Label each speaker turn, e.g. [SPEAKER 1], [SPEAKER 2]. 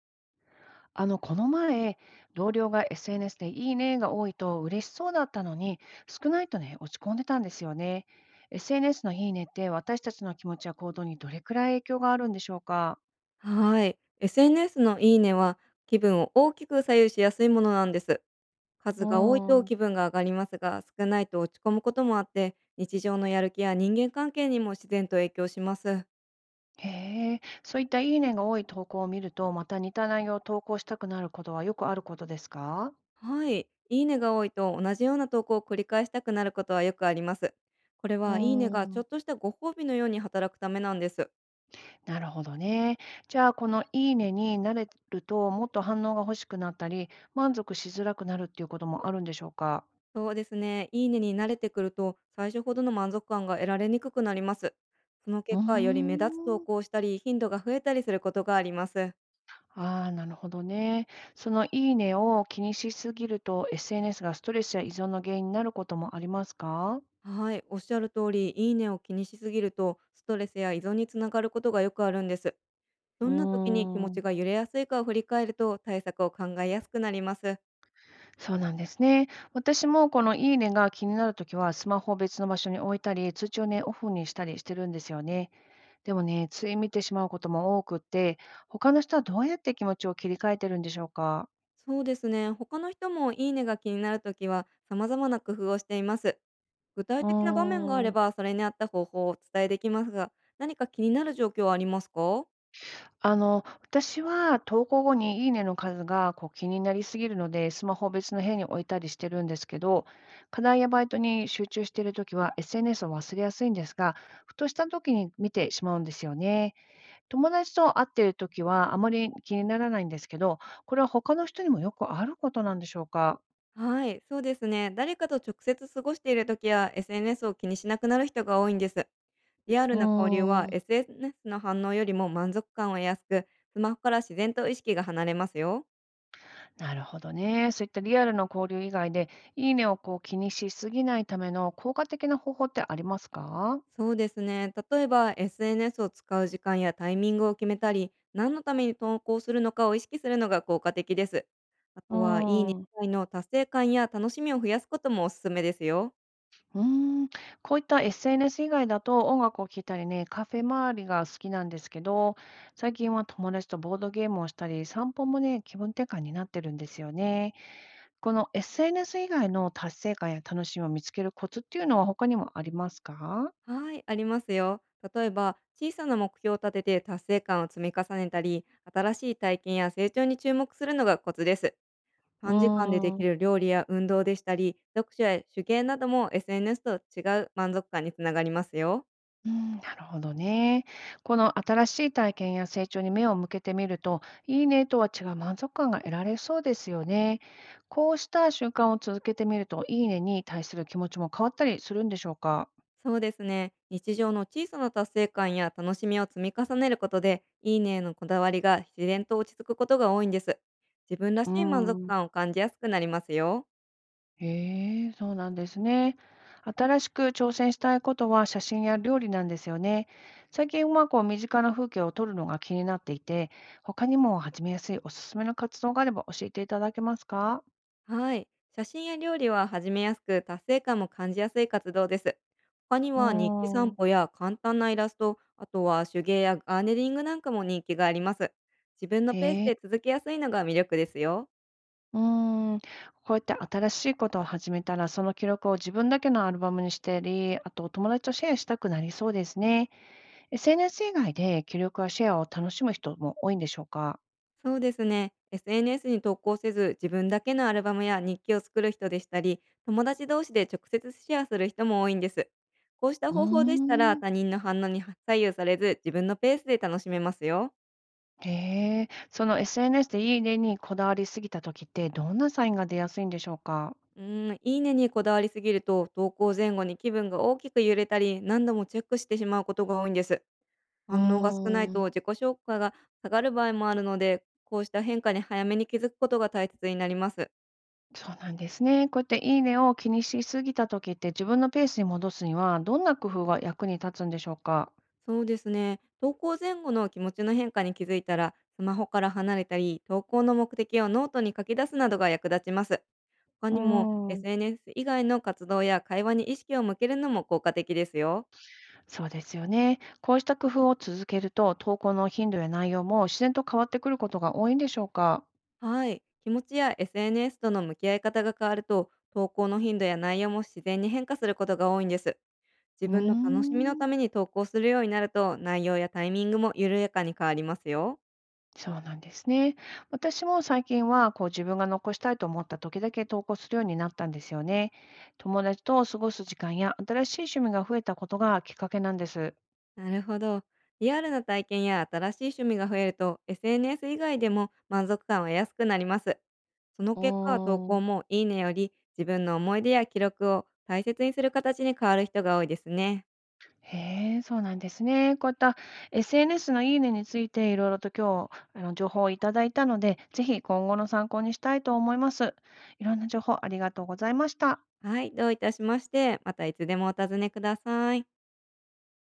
[SPEAKER 1] この前、同僚が SNS でいいねが多いと嬉しそうだったのに、少ないとね、落ち込んでたんですよね。SNS のいいねって私たちの気持ちや行動にどれくらい影響があるんでしょうか？
[SPEAKER 2] はい。SNS のいいねは気分を大きく左右しやすいものなんです。
[SPEAKER 1] う
[SPEAKER 2] 数が多いと
[SPEAKER 1] ーん、
[SPEAKER 2] 気分が上がりますが、少ないと落ち込むこともあって、日常のやる気や人間関係にも自然と影響します。
[SPEAKER 1] へえ、そういったいいねが多い投稿を見ると、また似た内容を投稿したくなることはよくあることですか？
[SPEAKER 2] はい。いいねが多いと同じような投稿を繰り返したくなることはよくあります。これ
[SPEAKER 1] う
[SPEAKER 2] はいいねが
[SPEAKER 1] ー
[SPEAKER 2] ちょっ
[SPEAKER 1] ん、
[SPEAKER 2] としたご褒美のように働くためなんです。
[SPEAKER 1] なるほどね。じゃあ、このいいねに慣れると、もっと反応が欲しくなったり、満足しづらくなるっていうこともあるんでしょうか？
[SPEAKER 2] そうですね。いいねに慣れてくると、最初ほどの満足感が得られにくくなります。その
[SPEAKER 1] うー
[SPEAKER 2] 結果、より目立つ投
[SPEAKER 1] ん。
[SPEAKER 2] 稿をしたり、頻度が増えたりすることがあります。
[SPEAKER 1] ああ、なるほどね。そのいいねを気にしすぎると SNS がストレスや依存の原因になることもありますか？
[SPEAKER 2] はい、おっしゃる通り、いいねを気にしすぎると、ストレスや依存につながることがよくあるんです。
[SPEAKER 1] う
[SPEAKER 2] どんな時に気持
[SPEAKER 1] ーん、
[SPEAKER 2] ちが揺れやすいかを振り返ると、対策を考えやすくなります。
[SPEAKER 1] そうなんですね。私もこのいいねが気になるときはスマホを別の場所に置いたり、通知をね、オフにしたりしてるんですよね。でもね、つい見てしまうことも多くって、他の人はどうやって気持ちを切り替えてるんでしょうか？
[SPEAKER 2] そうですね。他の人もいいねが気になるときは、様々な工夫をしています。具体
[SPEAKER 1] う
[SPEAKER 2] 的な場面があ
[SPEAKER 1] ー
[SPEAKER 2] れ
[SPEAKER 1] ん。
[SPEAKER 2] ば、それに合った方法をお伝えできますが、何か気になる状況はありますか？
[SPEAKER 1] 私は投稿後にいいねの数がこう気になりすぎるので、スマホを別の部屋に置いたりしてるんですけど、課題やバイトに集中しているときは SNS を忘れやすいんですが、ふとしたときに見てしまうんですよね。友達と会っているときはあまり気にならないんですけど、これは他の人にもよくあることなんでしょうか。
[SPEAKER 2] はい、そうですね。誰かと直接過ごしている時や SNS を気にしなくなる人が多いんです。リアル
[SPEAKER 1] う
[SPEAKER 2] な交流は
[SPEAKER 1] ーん、
[SPEAKER 2] SNS の反応よりも満足感を得やすく、スマホから自然と意識が離れますよ。
[SPEAKER 1] なるほどね。そういったリアルの交流以外で、いいねをこう気にしすぎないための効果的な方法ってありますか？
[SPEAKER 2] そうですね。例えば SNS を使う時間やタイミングを決めたり、何のために投稿するのかを意識するのが効果的です。あ
[SPEAKER 1] う
[SPEAKER 2] とは、いいね
[SPEAKER 1] ーん。
[SPEAKER 2] 以外の達成感や楽しみを増やすこともおすすめですよ。
[SPEAKER 1] うーん、こういった SNS 以外だと音楽を聴いたりね、カフェ周りが好きなんですけど、最近は友達とボードゲームをしたり、散歩もね、気分転換になってるんですよね。この SNS 以外の達成感や楽しみを見つけるコツっていうのは他にもありますか？
[SPEAKER 2] はい、ありますよ。例えば、小さな目標を立てて達成感を積み重ねたり、新しい体験や成長に注目するのがコツです。
[SPEAKER 1] う
[SPEAKER 2] 短時間ででき
[SPEAKER 1] ー
[SPEAKER 2] る料理や運動でしたり、読書や手芸なども SNS と違う満足感につながりますよ。
[SPEAKER 1] なるほどね。この新しい体験や成長に目を向けてみると、いいねとは違う満足感が得られそうですよね。こうした習慣を続けてみると、いいねに対する気持ちも変わったりするんでしょうか？
[SPEAKER 2] そうですね。日常の小さな達成感や楽しみを積み重ねることで、いいねへのこだわりが自然と落ち着くことが多いんです。自分ら
[SPEAKER 1] う
[SPEAKER 2] し
[SPEAKER 1] ー
[SPEAKER 2] い満足
[SPEAKER 1] ん、
[SPEAKER 2] 感を感じやすくなりますよ。
[SPEAKER 1] へえ、そうなんですね。新しく挑戦したいことは写真や料理なんですよね。最近はこう身近な風景を撮るのが気になっていて、他にも始めやすいおすすめの活動があれば教えていただけますか？
[SPEAKER 2] はい。写真や料理は始めやすく、達成感も感じやすい活動です。他に
[SPEAKER 1] う
[SPEAKER 2] は日記
[SPEAKER 1] ー
[SPEAKER 2] 散
[SPEAKER 1] ん、
[SPEAKER 2] 歩や簡単なイラスト、あとは手芸やガーデニングなんかも人気があります。自分のペース
[SPEAKER 1] へえ。
[SPEAKER 2] で続けやすいのが魅力ですよ。
[SPEAKER 1] うーん、こうやって新しいことを始めたら、その記録を自分だけのアルバムにしたり、あと友達とシェアしたくなりそうですね。SNS 以外で記録やシェアを楽しむ人も多いんでしょうか？
[SPEAKER 2] そうですね。SNS に投稿せず、自分だけのアルバムや日記を作る人でしたり、友達同士で直接シェアする人も多いんです。こうした
[SPEAKER 1] うー
[SPEAKER 2] 方法でしたら、
[SPEAKER 1] ん
[SPEAKER 2] 他人の反応に左右されず、自分のペースで楽しめますよ。
[SPEAKER 1] へえ、その SNS でいい例にこだわりすぎた時ってどんなサインが出やすいんでしょうか？
[SPEAKER 2] いいねにこだわりすぎると、投稿前後に気分が大きく揺れたり、何度もチェックしてしまうことが多いんです。
[SPEAKER 1] うー
[SPEAKER 2] 反応が少ないと
[SPEAKER 1] ん
[SPEAKER 2] 自己紹介が下がる場合もあるので、こうした変化に早めに気づくことが大切になります。
[SPEAKER 1] そうなんですね。こうやっていいねを気にしすぎた時って自分のペースに戻すにはどんな工夫が役に立つんでしょうか？
[SPEAKER 2] そうですね。投稿前後の気持ちの変化に気づいたら、スマホから離れたり、投稿の目的をノートに書き出すなどが役立ちます。他
[SPEAKER 1] う
[SPEAKER 2] にも
[SPEAKER 1] ーん。
[SPEAKER 2] SNS 以外の活動や会話に意識を向けるのも効果的ですよ。
[SPEAKER 1] そうですよね。こうした工夫を続けると、投稿の頻度や内容も自然と変わってくることが多いんでしょうか？
[SPEAKER 2] はい。気持ちや SNS との向き合い方が変わると、投稿の頻度や内容も自然に変化することが多いんです。自
[SPEAKER 1] うー
[SPEAKER 2] 分の楽しみのた
[SPEAKER 1] ん、
[SPEAKER 2] めに投稿するようになると、内容やタイミングも緩やかに変わりますよ。
[SPEAKER 1] そうなんですね。私も最近はこう自分が残したいと思った時だけ投稿するようになったんですよね。友達と過ごす時間や新しい趣味が増えたことがきっかけなんです。
[SPEAKER 2] なるほど。リアルな体験や新しい趣味が増えると SNS 以外でも満足感は安くなります。その
[SPEAKER 1] う
[SPEAKER 2] 結果投
[SPEAKER 1] ー
[SPEAKER 2] 稿
[SPEAKER 1] ん
[SPEAKER 2] もいいねより自分の思い出や記録を大切にする形に変わる人が多いですね。
[SPEAKER 1] へえ、そうなんですね。こういった SNS のいいねについていろいろと今日情報をいただいたので、ぜひ今後の参考にしたいと思います。いろんな情報ありがとうございました。
[SPEAKER 2] はい、どういたしまして、またいつでもお尋ねください。